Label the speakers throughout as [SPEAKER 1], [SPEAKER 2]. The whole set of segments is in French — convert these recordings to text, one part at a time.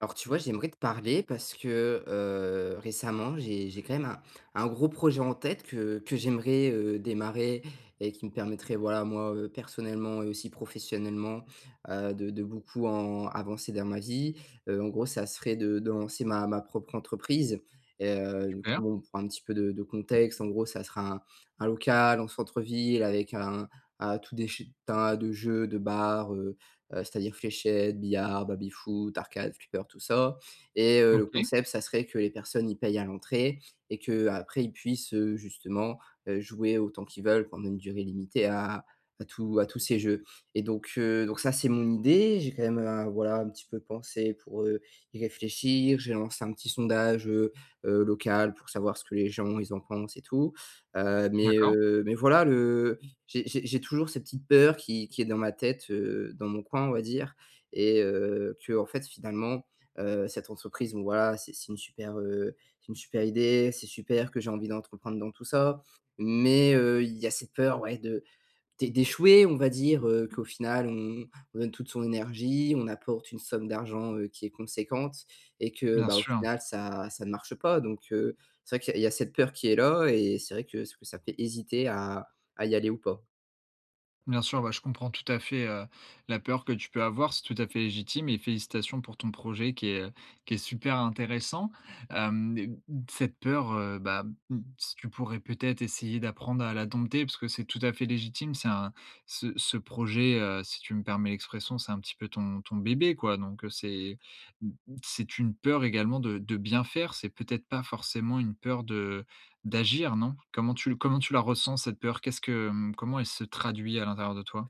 [SPEAKER 1] Alors tu vois, j'aimerais te parler parce que, récemment, j'ai quand même un gros projet en tête que j'aimerais, démarrer et qui me permettrait, voilà, moi, personnellement et aussi professionnellement, de beaucoup en avancer dans ma vie. En gros, ça serait de lancer ma propre entreprise et du coup,
[SPEAKER 2] Super,
[SPEAKER 1] bon, pour un petit peu de contexte, en gros, ça sera un local en centre-ville avec un tout déchet tas de jeux, de bars, c'est-à-dire fléchettes, billard, baby-foot, arcades, flipper, tout ça et le
[SPEAKER 2] OK,
[SPEAKER 1] concept, ça serait que les personnes y payent à l'entrée et qu'après ils puissent, justement, jouer autant qu'ils veulent pendant une durée limitée à tous ces jeux et donc ça, c'est mon idée. J'ai quand même, voilà, un petit peu pensé pour, y réfléchir. J'ai lancé un petit sondage, local pour savoir ce que les gens, ils en pensent et tout,
[SPEAKER 2] d'accord.
[SPEAKER 1] mais voilà le j'ai toujours cette petite peur qui est dans ma tête, dans mon coin, on va dire et que en fait, finalement, cette entreprise, bon, voilà, c'est une super, c'est une super idée, c'est super que j'ai envie d'entreprendre dans tout ça. Mais il y a cette peur, ouais, de d'échouer, on va dire, qu'au final, on donne toute son énergie, on apporte une somme d'argent, qui est conséquente et que,
[SPEAKER 2] Bien
[SPEAKER 1] bah, au
[SPEAKER 2] sûr,
[SPEAKER 1] final, ça ça ne marche pas. Donc c'est vrai qu'il y a cette peur qui est là et c'est vrai que ce que ça fait hésiter à y aller ou pas.
[SPEAKER 2] bien sûr, bah, je comprends tout à fait, la peur que tu peux avoir, c'est tout à fait légitime et félicitations pour ton projet qui est super intéressant. Et cette peur, bah, mmh, si tu pourrais peut-être essayer d'apprendre à la dompter parce que c'est tout à fait légitime, c'est un ce projet, si tu me permets l'expression, c'est un petit peu ton bébé quoi, donc c'est, mmh, c'est une peur également de bien faire, c'est peut-être pas forcément une peur de d'agir, non? Comment tu la ressens cette peur? Qu'est-ce que, mmh, comment elle se traduit à l'intérieur de toi?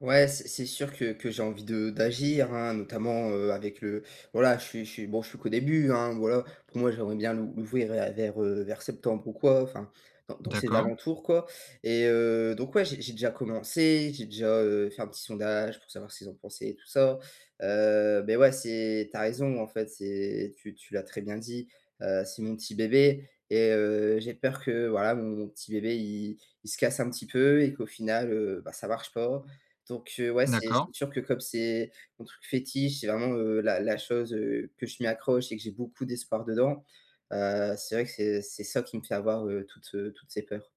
[SPEAKER 1] Ouais, c'est sûr que j'ai envie de d'agir, hein, notamment, avec le voilà, je suis bon, je suis qu'au début, hein, voilà. Pour moi, j'aimerais bien l'ouvrir, vers vers septembre ou quoi, enfin, dans dans ces
[SPEAKER 2] D'accord,
[SPEAKER 1] alentours, quoi et donc ouais, j'ai déjà commencé, j'ai déjà, fait un petit sondage pour savoir ce qu'ils en pensaient et tout ça. Mais ouais, c'est t'as raison, en fait, c'est tu l'as très bien dit, c'est mon petit bébé et j'ai peur que, voilà, mon petit bébé, il se casse un petit peu et qu'au final, bah, ça marche pas donc ouais, c'est
[SPEAKER 2] d'accord.
[SPEAKER 1] c'est sûr que comme c'est mon truc fétiche, c'est vraiment, la la chose, que je m'y accroche et que j'ai beaucoup d'espoir dedans, c'est vrai que c'est ça qui me fait avoir, toutes ces peurs.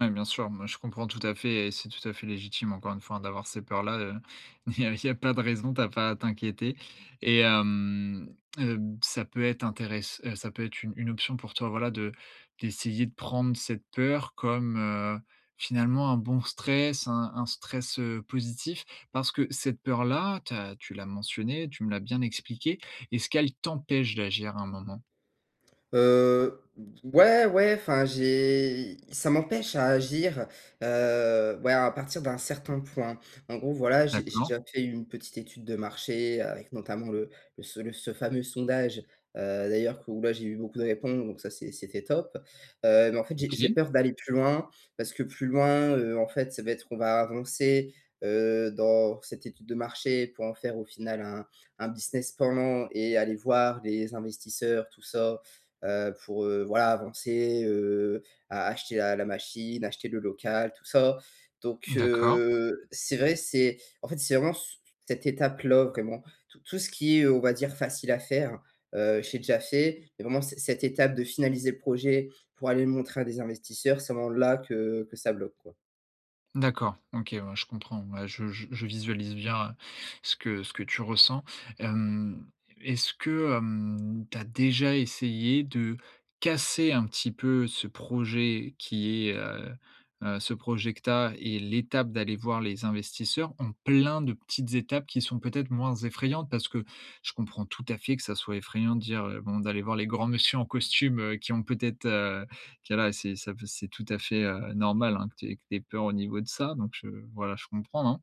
[SPEAKER 2] Ouais, bien sûr, moi je comprends tout à fait et c'est tout à fait légitime encore une fois hein, d'avoir ces peurs-là, il y a pas de raison, t'as pas à t'inquiéter et ça peut être une option pour toi, voilà, de d'essayer de prendre cette peur comme, finalement un bon stress, un stress, positif. Parce que cette peur-là, tu l'as mentionné, tu me l'as bien expliqué, est-ce qu'elle t'empêche d'agir à un moment?
[SPEAKER 1] Heu, ouais, ouais, enfin, j'ai ça m'empêche à agir, ouais, à partir d'un certain point. En gros, voilà, j'ai
[SPEAKER 2] D'accord,
[SPEAKER 1] déjà fait une petite étude de marché avec notamment le le ce fameux sondage, d'ailleurs que où là, j'ai eu beaucoup de réponses, donc ça, c'était top. Mais en fait, j'ai
[SPEAKER 2] OK,
[SPEAKER 1] peur d'aller plus loin parce que plus loin, en fait, ça va être on va avancer, dans cette étude de marché pour en faire au final un business pendant et aller voir les investisseurs, tout ça pour, voilà, avancer, a acheter la la machine, acheter le local, tout ça. Donc
[SPEAKER 2] d'accord.
[SPEAKER 1] c'est vrai, c'est en fait, c'est vraiment ce cette étape-là, vraiment. Tout tout ce qui est, on va dire facile à faire, j'ai déjà fait, mais vraiment c cette étape de finaliser le projet pour aller le montrer à des investisseurs, c'est vraiment là que ça bloque, quoi.
[SPEAKER 2] D'accord, OK, ouais, je comprends. Ouais, je visualise bien, ce que tu ressens. Hem, est-ce que, tu as déjà essayé de casser un petit peu ce projet que tu et l'étape d'aller voir les investisseurs en plein de petites étapes qui sont peut-être moins effrayantes? Parce que je comprends tout à fait que ça soit effrayant de dire, bon, d'aller voir les grands messieurs en costume, qui ont peut-être, OK là, c'est ça peut c'est tout à fait, normal, hein, que tu aies peur au niveau de ça, donc je voilà, je comprends, hein.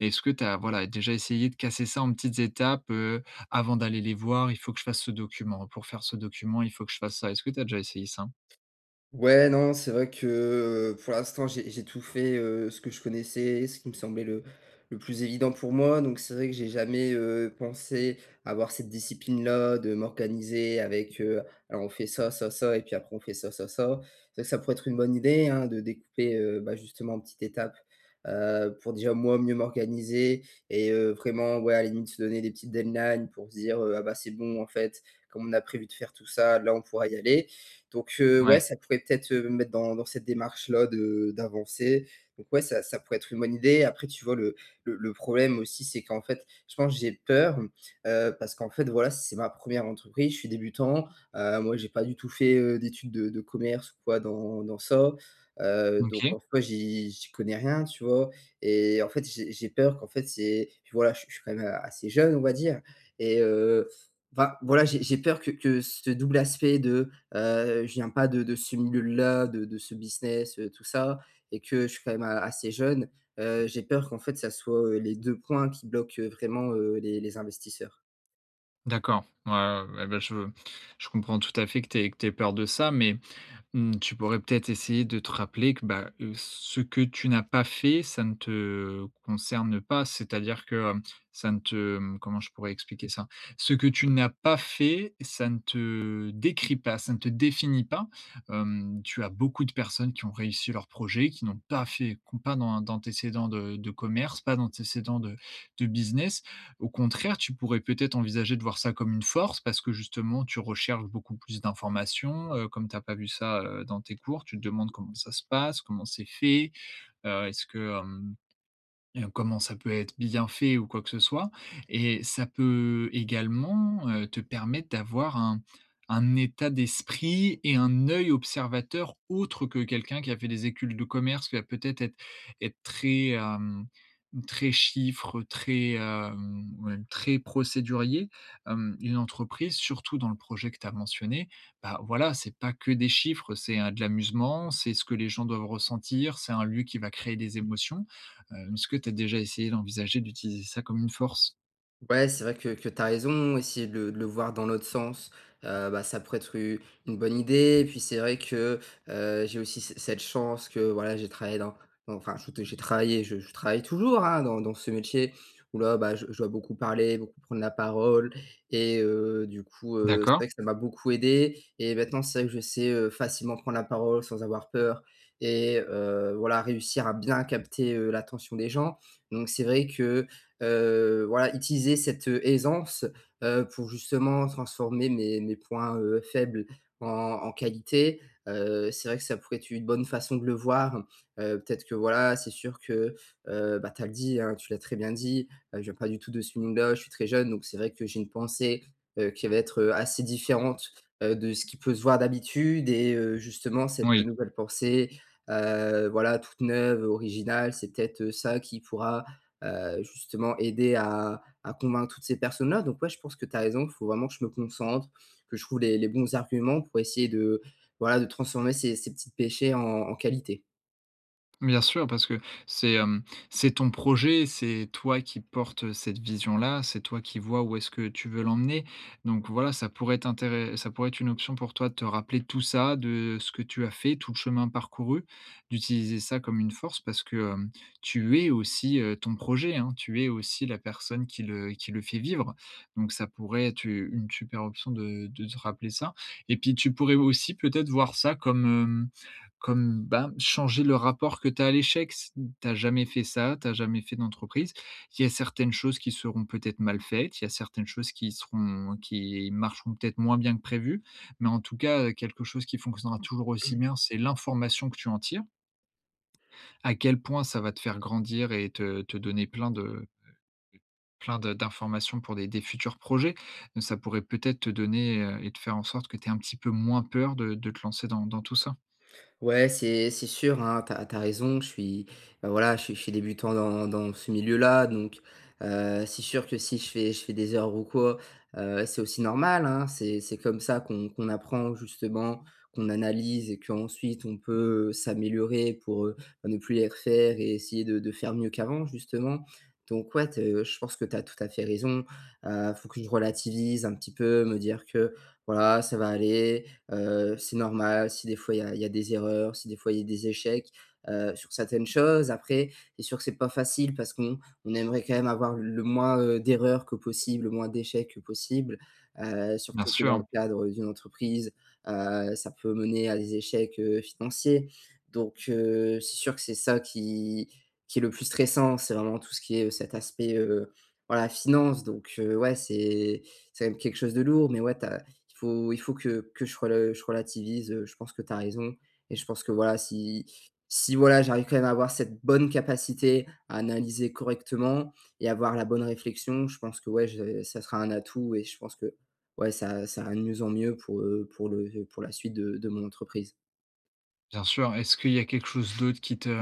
[SPEAKER 2] Est-ce que tu as, voilà, déjà essayé de casser ça en petites étapes, avant d'aller les voir, il faut que je fasse ce document, pour faire ce document, il faut que je fasse ça. Est-ce que tu as déjà essayé ça?
[SPEAKER 1] Ouais, non, c'est vrai que, pour l'instant, j'ai tout fait, ce que je connaissais, ce qui me semblait le plus évident pour moi. Donc c'est vrai que j'ai jamais, pensé avoir cette discipline-là, de m'organiser avec, alors on fait ça, ça, ça et puis après on fait ça, ça, ça. C'est vrai que ça pourrait être une bonne idée, hein, de découper, bah, justement en petites étapes, pour déjà moi mieux m'organiser et vraiment, ouais, à la limite se donner des petites deadlines pour se dire, «Ah bah, c'est bon en fait, comme on a prévu de faire tout ça, là on pourra y aller». Donc
[SPEAKER 2] Ouais,
[SPEAKER 1] ouais, ça pourrait peut-être, me mettre dans dans cette démarche-là de d'avancer. Donc ouais, ça pourrait être une bonne idée. Après, tu vois, le le problème aussi, c'est qu'en fait, je pense que j'ai peur, parce qu'en fait, voilà, c'est ma première entreprise, je suis débutant. Moi, j'ai pas du tout fait, d'études de commerce ou quoi dans dans ça. Donc
[SPEAKER 2] OK,
[SPEAKER 1] en soi, j'y connais rien, tu vois? Et en fait, j'ai peur qu'en fait, c'est puis voilà, je suis quand même, assez jeune, on va dire et enfin voilà, j'ai peur que ce double aspect de, je viens pas de ce milieu-là, de ce business, tout ça et que je suis quand même a assez jeune, j'ai peur qu'en fait, ça soit, les 2 points qui bloquent, vraiment, les investisseurs.
[SPEAKER 2] d'accord. Ouais, ouais, ouais, bah, je comprends tout à fait que tu aies peur de ça, mais mmh, tu pourrais peut-être essayer de te rappeler que, bah, ce que tu n'as pas fait, ça ne te concerne pas. C'est-à-dire que, ça ne te, mmh, comment je pourrais expliquer ça? Ce que tu n'as pas fait, ça ne te décrit pas, ça ne te définit pas. Tu as beaucoup de personnes qui ont réussi leur projet, qui n'ont pas d'antécédents de commerce, pas d'antécédents de business au contraire, tu pourrais peut-être envisager de voir ça comme une force parce que justement, tu recherches beaucoup plus d'informations. Comme tu as pas vu ça, dans tes cours, tu te demandes comment ça se passe, comment c'est fait, est-ce que, hem heu, comment ça peut être bien fait ou quoi que ce soit et ça peut également, te permettre d'avoir un état d'esprit et un œil observateur autre que quelqu'un qui a fait des écules de commerce, qui va peut-être être très, très chiffres, très, même très procédurier. Une entreprise, surtout dans le projet que tu as mentionné, bah, voilà, c'est pas que des chiffres, c'est, de l'amusement, c'est ce que les gens doivent ressentir, c'est un lieu qui va créer des émotions. Est-ce que tu as déjà essayé d'envisager d'utiliser ça comme une force?
[SPEAKER 1] Ouais, c'est vrai que tu as raison, essayer de le voir dans l'autre sens, bah, ça pourrait être une bonne idée. Et puis c'est vrai que j'ai aussi cette chance que voilà, j'ai travaillé dans, j'ai travaillé, je travaille toujours hein, dans, dans ce métier où là, bah, je dois beaucoup parler, beaucoup prendre la parole. Et du coup, c'est
[SPEAKER 2] D'accord,
[SPEAKER 1] vrai que ça m'a beaucoup aidé. Et maintenant, c'est vrai que je sais facilement prendre la parole sans avoir peur et voilà, réussir à bien capter l'attention des gens. Donc c'est vrai que voilà, utiliser cette, aisance, pour justement transformer mes points, faibles en en qualité. C'est vrai que ça pourrait être une bonne façon de le voir. Peut-être que voilà, c'est sûr que, bah, tu as le dit, hein, tu l'as très bien dit, je viens pas du tout de ce milieu-là, je suis très jeune, donc c'est vrai que j'ai une pensée, qui va être, assez différente, de ce qui peut se voir d'habitude et justement cette
[SPEAKER 2] oui.
[SPEAKER 1] nouvelle pensée, voilà, toute neuve, originale, c'est peut-être, ça qui pourra justement aider à convaincre toutes ces personnes-là. Donc ouais, je pense que tu as raison, il faut vraiment que je me concentre, que je trouve les bons arguments pour essayer de, voilà, de transformer ces petits péchés en en qualités.
[SPEAKER 2] Bien sûr, parce que c'est, c'est ton projet, c'est toi qui portes, cette vision-là, c'est toi qui vois où est-ce que tu veux l'emmener. Donc voilà, ça pourrait être une option pour toi de te rappeler tout ça, de ce que tu as fait, tout le chemin parcouru, d'utiliser ça comme une force parce que, tu es aussi, ton projet, hein, tu es aussi la personne qui le fait vivre. Donc ça pourrait être une super option de te rappeler ça et puis tu pourrais aussi peut-être voir ça comme, comme, bah, changer le rapport que tu as à l'échec. S tu jamais fait ça, t'as jamais fait d'entreprise. Il y a certaines choses qui seront peut-être mal faites, il y a certaines choses qui marcheront peut-être moins bien que prévu, mais en tout cas, quelque chose qui fonctionnera toujours aussi bien, c'est l'information que tu en tires. À quel point ça va te faire grandir et te donner plein de d'informations pour des futurs projets. Ça pourrait peut-être te donner, te faire en sorte que tu aies un petit peu moins peur de te lancer dans dans tout ça.
[SPEAKER 1] Ouais, c'est sûr, hein, t'as as raison, je suis, bah, voilà, je suis débutant dans dans ce milieu-là, donc c'est sûr que si je fais des heures ou quoi, c'est aussi normal, hein. C'est comme ça qu'on apprend justement, qu'on analyse et qu'ensuite on peut, s'améliorer pour, bah, ne plus les refaire et essayer de faire mieux qu'avant justement. Donc ouais, te je pense que t'as tout à fait raison. Faut que je relativise un petit peu, me dire que voilà, ça va aller. C'est normal si des fois il y a des erreurs, si des fois il y a des échecs, sur certaines choses. Après, c'est sûr que c'est pas facile parce qu'on on aimerait quand même avoir le moins, d'erreurs que possible, le moins d'échecs que possible,
[SPEAKER 2] Bien
[SPEAKER 1] surtout que dans
[SPEAKER 2] sûr.
[SPEAKER 1] le cadre d'une entreprise, ça peut mener à des échecs, financiers. Donc, c'est sûr que c'est ça qui est le plus stressant, c'est vraiment tout ce qui est, cet aspect, voilà, finance. Donc, ouais, c'est quand même quelque chose de lourd, mais ouais, tu il faut que je, je relativise. Je pense que tu as raison. Et je pense que voilà, si, si voilà, j'arrive quand même à avoir cette bonne capacité à analyser correctement et avoir la bonne réflexion, je pense que ouais, ça sera un atout. Et je pense que ouais, ça ira de mieux en mieux pour, le, pour la suite de mon entreprise.
[SPEAKER 2] Bien sûr. Est-ce qu'il y a quelque chose d'autre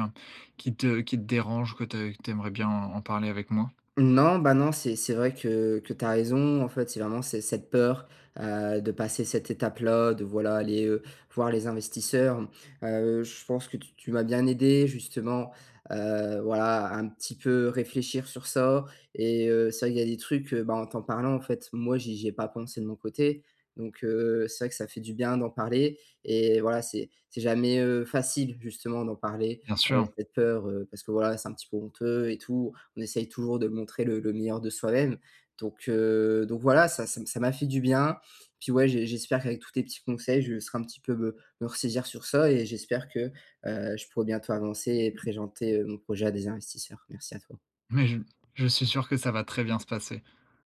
[SPEAKER 2] qui te dérange, que tu aimerais bien en parler avec moi?
[SPEAKER 1] Non, bah, non, c'est vrai que tu as raison. En fait, c'est vraiment c'est cette peur, de passer cette étape-là, de, voilà, aller, voir les investisseurs. Je pense que tu m'as bien aidé justement, voilà, à un petit peu réfléchir sur ça et c'est vrai qu'il y a des trucs, bah, en t'en parlant, en fait, moi, j'y ai pas pensé de mon côté donc c'est vrai que ça fait du bien d'en parler et voilà, c'est jamais, facile justement d'en parler,
[SPEAKER 2] Bien sûr,
[SPEAKER 1] cette peur, parce que, voilà, c'est un petit peu honteux et tout on essaye toujours de montrer le meilleur de soi-même. Donc voilà, ça m'a fait du bien. Puis ouais, j'espère qu'avec tous tes petits conseils, je serai un petit peu me ressaisir sur ça et j'espère que je pourrai bientôt avancer et présenter mon projet à des investisseurs. Merci à toi.
[SPEAKER 2] mais je suis sûr que ça va très bien se passer.